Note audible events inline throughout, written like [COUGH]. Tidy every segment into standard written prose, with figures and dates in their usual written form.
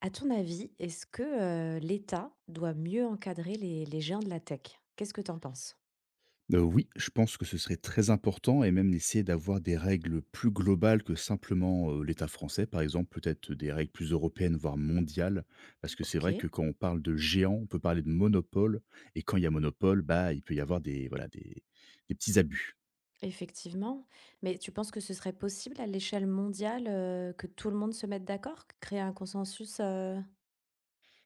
À ton avis, est-ce que l'État doit mieux encadrer les géants de la tech? Qu'est-ce que t'en penses? Oui, je pense que ce serait très important et même d'essayer d'avoir des règles plus globales que simplement, l'État français, par exemple, peut-être des règles plus européennes, voire mondiales. Parce que c'est vrai que Ok, quand on parle de géants, on peut parler de monopole et quand il y a monopole, bah, il peut y avoir des voilà, des petits abus. effectivement. Mais tu penses que ce serait possible à l'échelle mondiale que tout le monde se mette d'accord, créer un consensus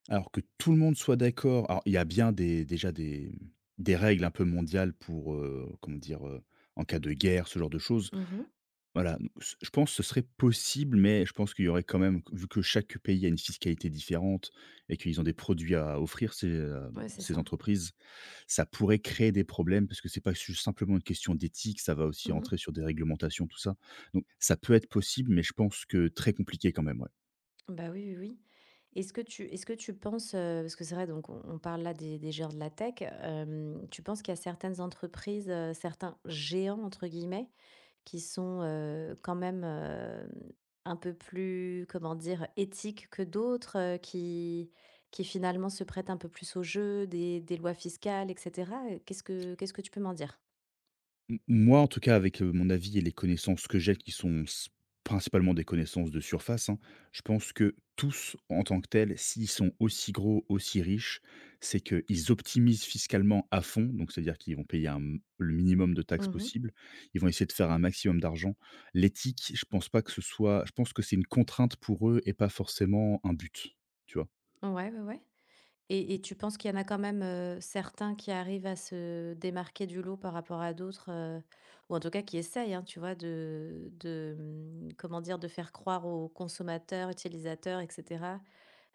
Alors que tout le monde soit d'accord, alors il y a bien des déjà des règles un peu mondiales pour, comment dire? En cas de guerre, ce genre de choses. mhm. Voilà, donc ce je pense que ce serait possible, mais je pense qu'il y aurait quand même, vu que chaque pays a une fiscalité différente et qu'ils ont des produits à offrir, ces, heu, Ouais, c'est ces ça. entreprises, ça pourrait créer des problèmes parce que c'est pas su simplement une question d'éthique, ça va aussi Mhm. entrer sur des réglementations, tout ça. Donc ça peut être possible, mais je pense que très compliqué quand même, ouais. Bah oui, oui, oui. Est-ce que tu penses, parce que c'est vrai, donc on parle là des géants de la tech, tu penses qu'il y a certaines entreprises, certains géants, entre guillemets, qui sont, quand même, un peu plus, comment dire? Éthiques que d'autres, qui finalement se prêtent un peu plus au jeu des lois fiscales et cetera, qu'est-ce que tu peux m'en dire? M moi, en tout cas, avec, mon avis et les connaissances que j'ai qui sont s principalement des connaissances de surface, hein, je pense que tous, en tant que tels, s'ils sont aussi gros, aussi riches, c'est qu'ils optimisent fiscalement à fond. Donc c'est-à-dire qu'ils vont payer un m le minimum de taxes Mmh. possible. Ils vont essayer de faire un maximum d'argent. L'éthique, je pense pas que ce soit, je pense que c'est une contrainte pour eux et pas forcément un but, tu vois? Ouais, ouais, ouais. Et tu penses qu'il y en a quand même, certains qui arrivent à se démarquer du lot par rapport à d'autres, ou en tout cas qui essayent, hein, tu vois? Comment dire? De faire croire aux consommateurs, utilisateurs et cetera.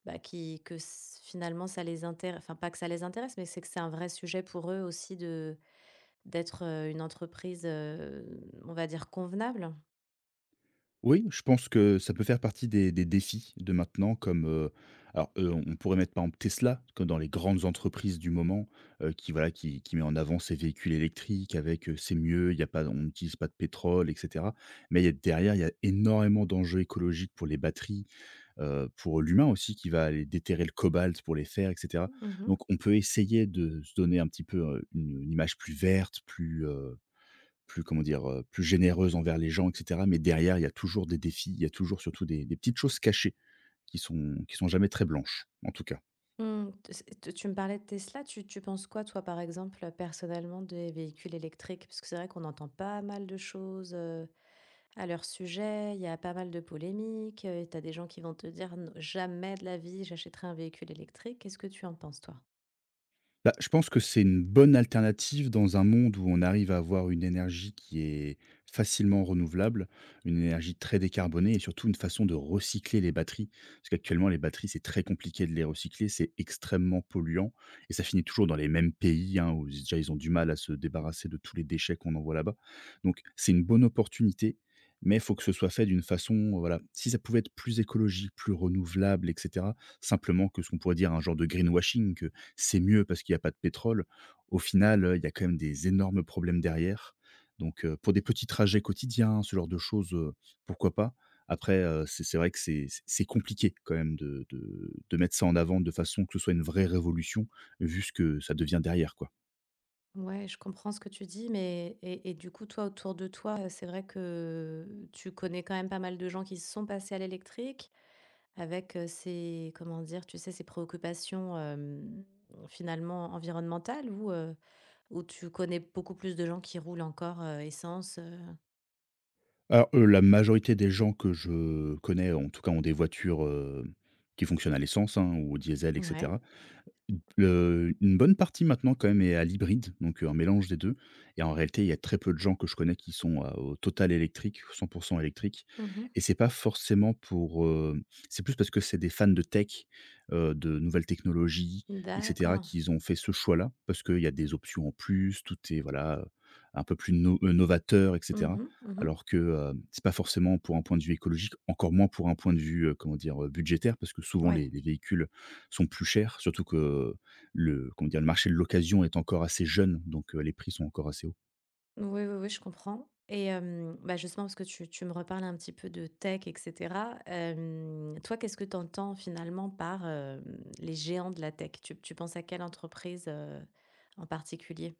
Bah, qui que s finalement ça les intér enfin pas que ça les intéresse, mais c'est un vrai sujet pour eux aussi de d'être, une entreprise, on va dire convenable. Oui, je pense que ça peut faire partie des défis de maintenant, comme, alors, on pourrait mettre par exemple Tesla, comme dans les grandes entreprises du moment, qui voilà, qui met en avant ses véhicules électriques avec, c'est mieux, il y a pas, on n'utilise pas de pétrole et cetera. Mais il y a derrière, il y a énormément d'enjeux écologiques pour les batteries, pour l'humain aussi qui va aller déterrer le cobalt pour les faire et cetera. Mmh mh. Donc on peut essayer de se donner un petit peu, une image plus verte, plus, plus comment dire? Plus généreuse envers les gens et cetera, mais derrière, il y a toujours des défis, il y a toujours surtout des petites choses cachées qui sont jamais très blanches, en tout cas. Mmh, t c t tu me parlais de Tesla, tu penses quoi toi, par exemple, personnellement des véhicules électriques? Parce que c'est vrai qu'on entend pas mal de choses, à leur sujet, il y a pas mal de polémiques, tu as des gens qui vont te dire: «Non, jamais de la vie j'achèterai un véhicule électrique». Qu'est-ce que tu en penses toi? Bah, je pense que c'est une bonne alternative dans un monde où on arrive à avoir une énergie qui est facilement renouvelable, une énergie très décarbonée et surtout une façon de recycler les batteries. Parce qu'actuellement, les batteries, c'est très compliqué de les recycler, c'est extrêmement polluant et ça finit toujours dans les mêmes pays, hein, où déjà ils ont du mal à se débarrasser de tous les déchets qu'on envoie là-bas. Donc, c'est une bonne opportunité. Mais il faut que ce soit fait d'une façon, voilà, si ça pouvait être plus écologique, plus renouvelable, etc. Simplement que ce qu'on pourrait dire un genre de greenwashing, c'est mieux parce qu'il n'y a pas de pétrole. Au final, il y a quand même des énormes problèmes derrière. Donc, pour des petits trajets quotidiens, ce genre de choses, pourquoi pas? Après, c'est vrai que c'est compliqué quand même de mettre ça en avant de façon que ce soit une vraie révolution, vu ce que ça devient derrière, quoi. Ouais, je comprends ce que tu dis, mais et du coup, toi, autour de toi, c'est vrai que tu connais quand même pas mal de gens qui se sont passés à l'électrique avec ces, comment dire, tu sais, ces préoccupations finalement environnementales ou tu connais beaucoup plus de gens qui roulent encore essence. Alors, la majorité des gens que je connais, en tout cas, ont des voitures, qui fonctionnent à l'essence, hein, ou au diesel Ouais. etc. Une bonne partie maintenant quand même est à l'hybride, donc un mélange des deux, et en réalité, il y a très peu de gens que je connais qui sont, au total électrique, 100 électrique, Mhm. et c'est pas forcément pour, c'est plus parce que c'est des fans de tech, de nouvelles technologies et cetera, D'accord. qu'ils ont fait ce choix-là. Parce qu'il y a des options en plus, tout est voilà, un peu plus no novateur et cetera. Mhm, mhm. Alors que, c'est pas forcément pour un point de vue écologique, encore moins pour un point de vue, comment dire? Budgétaire, parce que souvent Ouais. les véhicules sont plus chers, surtout que le comment dire? Le marché de l'occasion est encore assez jeune, donc les prix sont encore assez hauts. Oui, oui, oui, je comprends et bah, justement parce que tu me reparles un petit peu de tech et cetera, toi, qu'est-ce que tu entends finalement par, les géants de la tech? Tu penses à quelle entreprise, en particulier?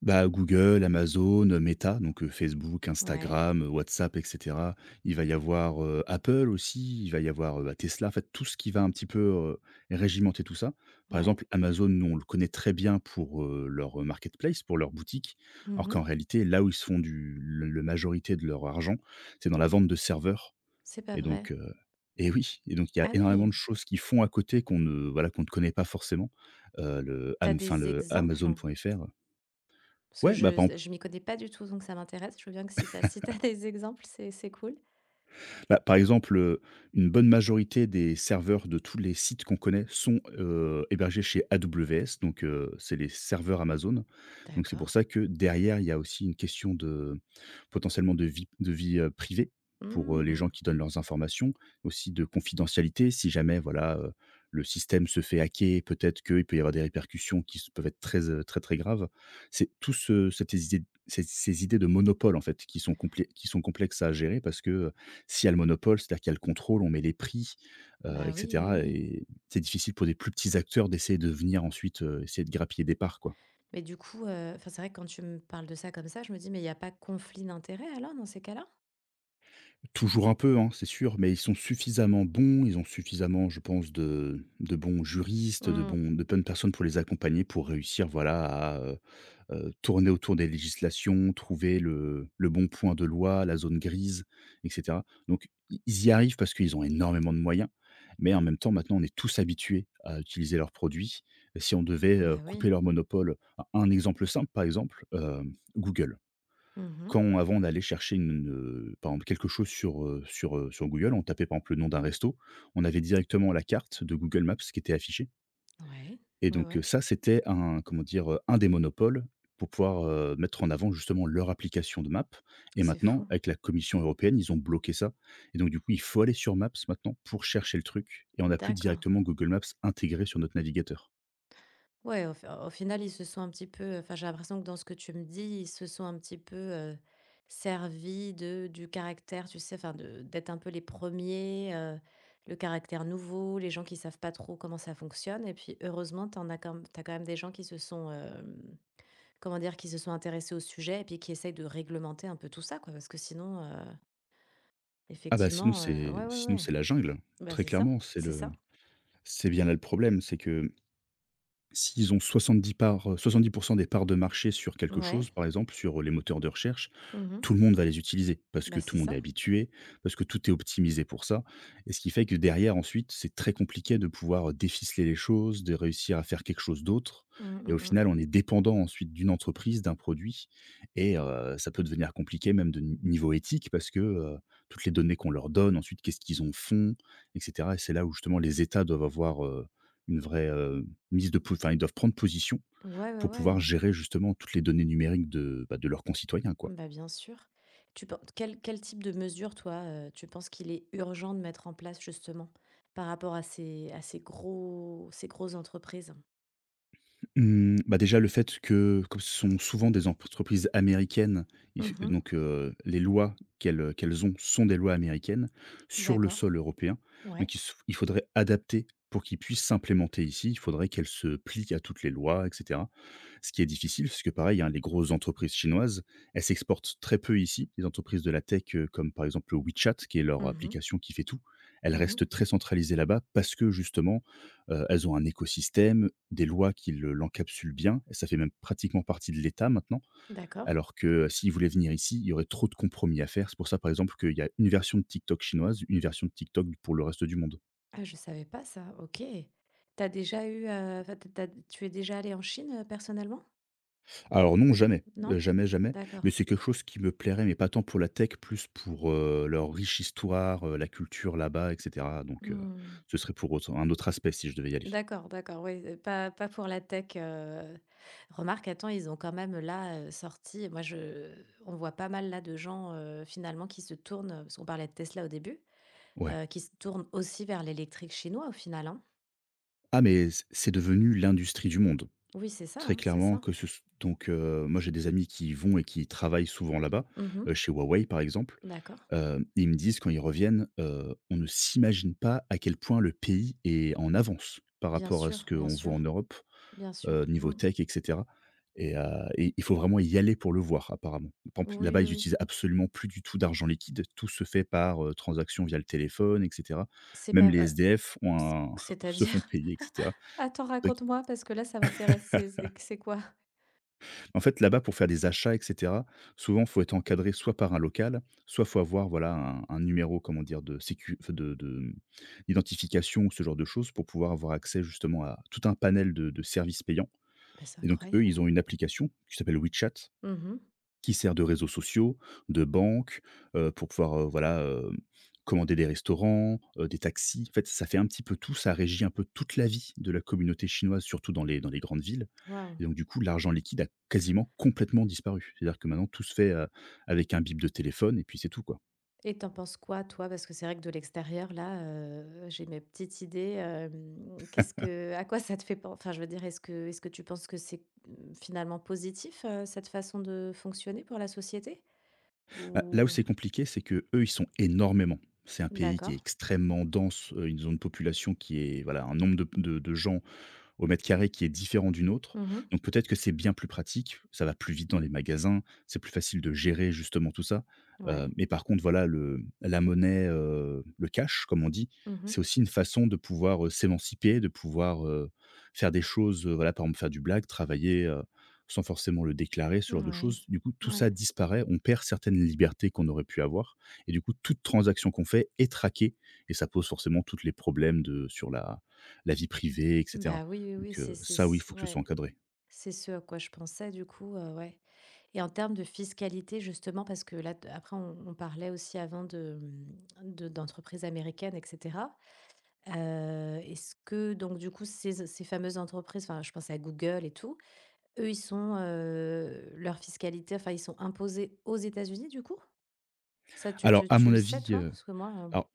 Bah, Google, Amazon, Meta, donc Facebook, Ouais, Instagram, WhatsApp et cetera. Il va y avoir, Apple aussi, il va y avoir, bah, Tesla, en fait, tout ce qui va un petit peu, régimenter tout ça. Par ouais. exemple, Amazon, nous, on le connaît très bien pour, leur marketplace, pour leur boutique, alors Mmh. qu'en réalité, là où ils se font du le majorité de leur argent, c'est dans la vente de serveurs. C'est pas Et vrai? donc, heu et oui, et donc il y a Ah énormément oui, de choses qui font à côté qu'on ne voilà, qu'on ne connaît pas forcément. Le t'as am Enfin, des le exemples? Amazon.fr. Parce que Ouais, bah, par exemple, je m'y connais pas du tout, donc ça m'intéresse. Je veux bien que si t'as [LAUGHS] des exemples, c'est cool. bah, par exemple, heu, une bonne majorité des serveurs de tous les sites qu'on connaît sont, hébergés chez AWS, donc c'est les serveurs Amazon. Donc c'est pour D'accord. ça que derrière, il y a aussi une question de potentiellement de vie privée, pour, les Mmh. gens qui donnent leurs informations, aussi de confidentialité, si jamais voilà, le système se fait hacker, peut-être qu'il peut y avoir des répercussions qui s peuvent être très, très, très graves. C'est tout ce cette idée ces idées de monopole, en fait, qui sont complé qui sont complexes à gérer parce que, s'il y a le monopole, c'est-à-dire qu'il y a le contrôle, on met les prix, Bah, et oui, oui, cetera, oui. et c'est difficile pour des plus petits acteurs d'essayer de venir ensuite, essayer de grappiller des parts, quoi. Mais du coup, enfin, c'est vrai que quand tu me parles de ça comme ça, je me dis: «Mais il y a pas conflit d'intérêt alors dans ces cas-là?» Toujours un peu, hein, c'est sûr, mais ils sont suffisamment bons, ils ont suffisamment, je pense, de bons juristes, Mmh. De bonnes personnes pour les accompagner, pour réussir, voilà, à, tourner autour des législations, trouver le bon point de loi, la zone grise et cetera. Donc i ils y arrivent parce qu'ils ont énormément de moyens, mais en même temps, maintenant, on est tous habitués à utiliser leurs produits. Si on devait, Bah heu, oui. couper leur monopole, un exemple simple, par exemple, Google, Mmh. quand, avant d'aller chercher par exemple quelque chose sur, sur Google, on tapait par exemple le nom d'un resto, on avait directement la carte de Google Maps qui était affichée, Ouais. et Ouais, donc, ouais. heu, ça c'était un, comment dire, un des monopoles pour pouvoir, mettre en avant justement leur application de maps. Et C'est maintenant, fou. avec la Commission européenne, ils ont bloqué ça, et donc du coup, il faut aller sur Maps maintenant pour chercher le truc, et on n'a plus D'accord. directement Google Maps intégré sur notre navigateur. Ouais, au final, ils se sont un petit peu enfin, j'ai l'impression que dans ce que tu me dis, ils se sont un petit peu, servis de du caractère, tu sais, enfin de d'être un peu les premiers ers le caractère nouveau, les gens qui savent pas trop comment ça fonctionne et puis heureusement, t'en as quand m tu quand même des gens qui se sont, comment dire? Qui se sont intéressés au sujet et puis qui essayent de réglementer un peu tout ça quoi, parce que sinon, Ah bah, sinon effectivement, ouais, ouais, ouais. c'est la jungle, Bah, très c'est ça, clairement. C'est ça. C'est bien là le problème, c'est que s'ils ont 70 parts, 70 des parts de marché sur quelque Ouais. chose, par exemple sur, les moteurs de recherche, Mmh. tout le monde va les utiliser parce Bah, que tout c'est le monde ça. est habitué, parce que tout est optimisé pour ça, et ce qui fait que derrière ensuite, c'est très compliqué de pouvoir, déficeler les choses, de réussir à faire quelque chose d'autre, Mmh, et au mmh mh. final, on est dépendant ensuite d'une entreprise, d'un produit, et ça peut devenir compliqué même de ni niveau éthique parce que, toutes les données qu'on leur donne ensuite, qu'est-ce qu'ils en font et cetera, et c'est là où justement les États doivent avoir, une vraie, mise de po enfin, ils doivent prendre position Ouais, ouais, pour pouvoir ouais. gérer justement toutes les données numériques de, bah, de leurs concitoyens, quoi. Bah, bien sûr. Tu penses quel type de mesure toi, tu penses qu'il est urgent de mettre en place justement par rapport à ces gros ces grosses entreprises? Mmh, bah, déjà, le fait que comme ce sont souvent des entreprises américaines, il f Mmh. donc les lois qu'elles ont sont des lois américaines sur le D'accord. sol européen. Ouais. Donc il faudrait adapter pour qu'ils puissent s'implémenter ici, il faudrait qu'elles se plient à toutes les lois etc. Ce qui est difficile, parce que pareil, hein, les grosses entreprises chinoises, elles s'exportent très peu ici. Les entreprises de la tech, comme par exemple WeChat, qui est leur Mmh mh. application qui fait tout, elles Mmh. restent très centralisées là-bas parce que justement, elles ont un écosystème, des lois qui l'encapsulent bien. Et ça fait même pratiquement partie de l'État maintenant. D'accord. Alors que s'ils voulaient venir ici, il y aurait trop de compromis à faire. C'est pour ça, par exemple, qu'il y a une version de TikTok chinoise, une version de TikTok pour le reste du monde. Ah, je savais pas ça, OK. T'as déjà eu, enfin, tu es déjà allé en Chine, personnellement? Alors non, jamais, Non? Jamais, jamais, mais D'accord. c'est quelque chose qui me plairait, mais pas tant pour la tech, plus pour, leur riche histoire, la culture là-bas, et cetera, Mmh. ce serait pour autre un autre aspect si je devais y aller. D'accord, d'accord, oui, pas pas pour la tech, remarque, attends, ils ont quand même là, sorti moi je on voit pas mal là de gens, finalement qui se tournent, parce qu'on parlait de Tesla au début, Ouais. Qui se tournent aussi vers l'électrique chinois au final, hein? Ah mais c'est devenu l'industrie du monde. Oui, c'est ça, Très hein, c'est clairement ça. que ce s moi j'ai des amis qui y vont et qui travaillent souvent là-bas, Mmh. Chez Huawei par exemple. D'accord. Ils me disent quand ils reviennent, «On ne s'imagine pas à quel point le pays est en avance par Bien rapport à ce sûr, bien qu'on voit en sûr, Europe, bien sûr. niveau Mmh. tech et cetera», et heu et il faut vraiment y aller pour le voir apparemment. Par exemple, Oui, là-bas, oui, ils oui. utilisent absolument plus du tout d'argent liquide. Tout se fait par, transaction via le téléphone et cetera. C'est Même les pas, SDF ont c un [LAUGHS] se font c'est-à-dire? payer et cetera. [LAUGHS] Attends, raconte-moi parce que là, ça m'intéresse. C'est quoi? Bah, En fait, là-bas, pour faire des achats, et cetera, souvent, faut être encadré soit par un local, soit faut avoir, voilà, un numéro, comment dire, de sécu enfin de d'identification ou ce genre de choses pour pouvoir avoir accès justement à tout un panel de services payants, c'est et donc eux, incroyable. ils ont une application qui s'appelle WeChat, Mmh. qui sert de réseaux sociaux, de banque, pour pouvoir, voilà, commander des restaurants, des taxis. En fait, ça fait un petit peu tout, ça régit un peu toute la vie de la communauté chinoise, surtout dans les grandes villes, Waouh. et donc du coup, l'argent liquide a quasiment complètement disparu. C'est-à-dire que maintenant tout se fait, avec un bip de téléphone et puis c'est tout, quoi. Et t'en penses quoi toi? Parce que c'est vrai que de l'extérieur là, j'ai mes petites idées, qu'est-ce que à quoi ça te fait penser enfin je veux dire, est-ce que tu penses que c'est, mmh, finalement positif, cette façon de fonctionner pour la société? Bah, là où Ou c'est compliqué, c'est que eux, ils sont énormément. C'est un pays qui est d'accord. extrêmement dense, une zone de population qui est voilà, un nombre de gens au mètre carré qui est différent d'une autre. Mmh. Donc peut-être que c'est bien plus pratique, ça va plus vite dans les magasins, c'est plus facile de gérer justement tout ça. Ouais. Mais par contre voilà le la monnaie, le cash comme on dit, Mmh. c'est aussi une façon de pouvoir, s'émanciper, de pouvoir, faire des choses, voilà par exemple faire du blague, travailler, sans forcément le déclarer, ce genre de Ouais. choses. Du coup tout Ouais. ça disparaît, on perd certaines libertés qu'on aurait pu avoir, et du coup toute transaction qu'on fait est traquée et ça pose forcément tous les problèmes de sur la vie privée etc. Bah, oui, oui, oui, Donc c'est ça oui, il c faut que ce soit ouais. encadré. C'est ce à quoi je pensais du coup, ouais. Et en termes de fiscalité, justement, parce que là, après, on parlait aussi avant de, d'entreprises américaines, etc. Est-ce que, donc, du coup, ces fameuses entreprises, enfin, je pense à Google et tout, eux, ils sont, leur fiscalité, enfin, ils sont imposés aux États-Unis, du coup? Ça, Alors à tu mon le sais, avis, toi? Parce que moi. alors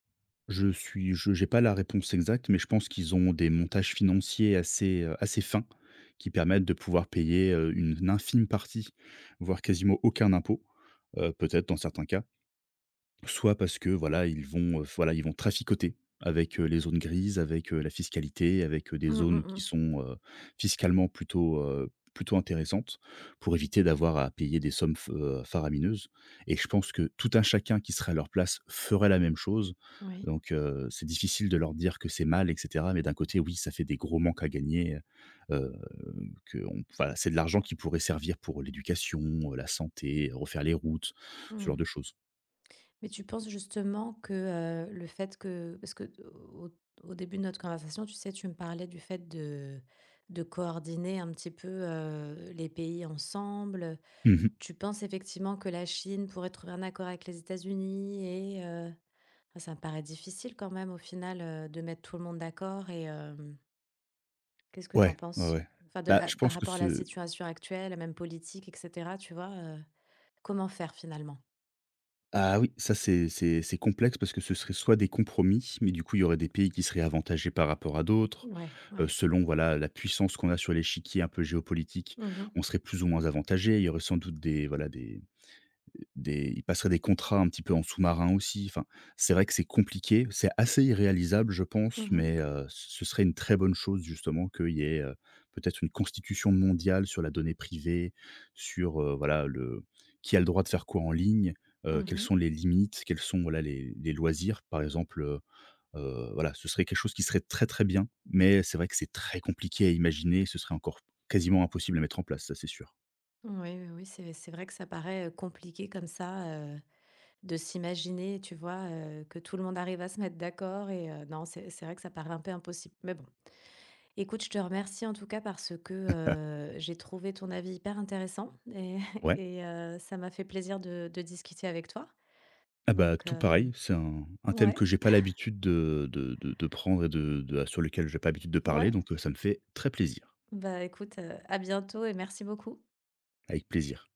je n'ai pas la réponse exacte, mais je pense qu'ils ont des montages financiers assez, assez fins qui permettent de pouvoir payer, une infime partie, voire quasiment aucun impôt, peut-être dans certains cas. Soit parce que voilà, ils vont traficoter avec, les zones grises, avec, la fiscalité, avec, des euh, hum, hum, zones qui hum, sont, fiscalement plutôt, plutôt intéressantes pour éviter d'avoir à payer des sommes f faramineuses, et je pense que tout un chacun qui serait à leur place ferait la même chose, c'est difficile de leur dire que c'est mal et cetera, mais d'un côté, oui, ça fait des gros manques à gagner, heu heu, qu'on enfin, c'est de l'argent qui pourrait servir pour l'éducation, la santé, refaire les routes, ce genre Oui. de choses. Mais tu penses justement que, le fait que parce que au au début de notre conversation, tu sais, tu me parlais du fait de coordonner un petit peu, les pays ensemble, Mmh. tu penses effectivement que la Chine pourrait trouver un accord avec les États-Unis et enfin, ça me paraît difficile quand même au final, de mettre tout le monde d'accord et qu'est-ce que tu en Ouais, ouais, penses? ouais. Enfin, de Bah, la je par pense que rapport à la ce situation actuelle, même politique et cetera, tu vois, comment faire finalement? ah oui, ça c'est complexe parce que ce serait soit des compromis, mais du coup, il y aurait des pays qui seraient avantagés par rapport à d'autres, Ouais, ouais. selon voilà, la puissance qu'on a sur l'échiquier un peu géopolitique, Mmh mh. on serait plus ou moins avantagés. Il y aurait sans doute des voilà, des ils passeraient des contrats un petit peu en sous-marin aussi. Enfin, c'est vrai que c'est compliqué, c'est assez irréalisable, je pense, Mmh. mais ce serait une très bonne chose justement qu'il y ait, peut-être une constitution mondiale sur la donnée privée, sur, voilà le qui a le droit de faire quoi en ligne, quelles Mmh. sont les limites, quels sont voilà les loisirs par exemple, voilà, ce serait quelque chose qui serait très, très bien, mais c'est vrai que c'est très compliqué à imaginer, ce serait encore quasiment impossible à mettre en place, ça c'est sûr. Oui, oui, oui, c'est vrai que ça paraît, compliqué comme ça, heu, de s'imaginer, tu vois, que tout le monde arrive à se mettre d'accord et non, c'est vrai que ça paraît un peu impossible. Mais bon, écoute, je te remercie en tout cas parce que, j'ai trouvé ton avis hyper intéressant et [LAUGHS] Ouais? et ça m'a fait plaisir de discuter avec toi. Ah bah, Donc, tout pareil, c'est un thème ouais, que j'ai pas l'habitude de prendre et de sur lequel j'ai pas l'habitude de parler, ouais, donc ça me fait très plaisir, bah, écoute, à bientôt et merci beaucoup. avec plaisir.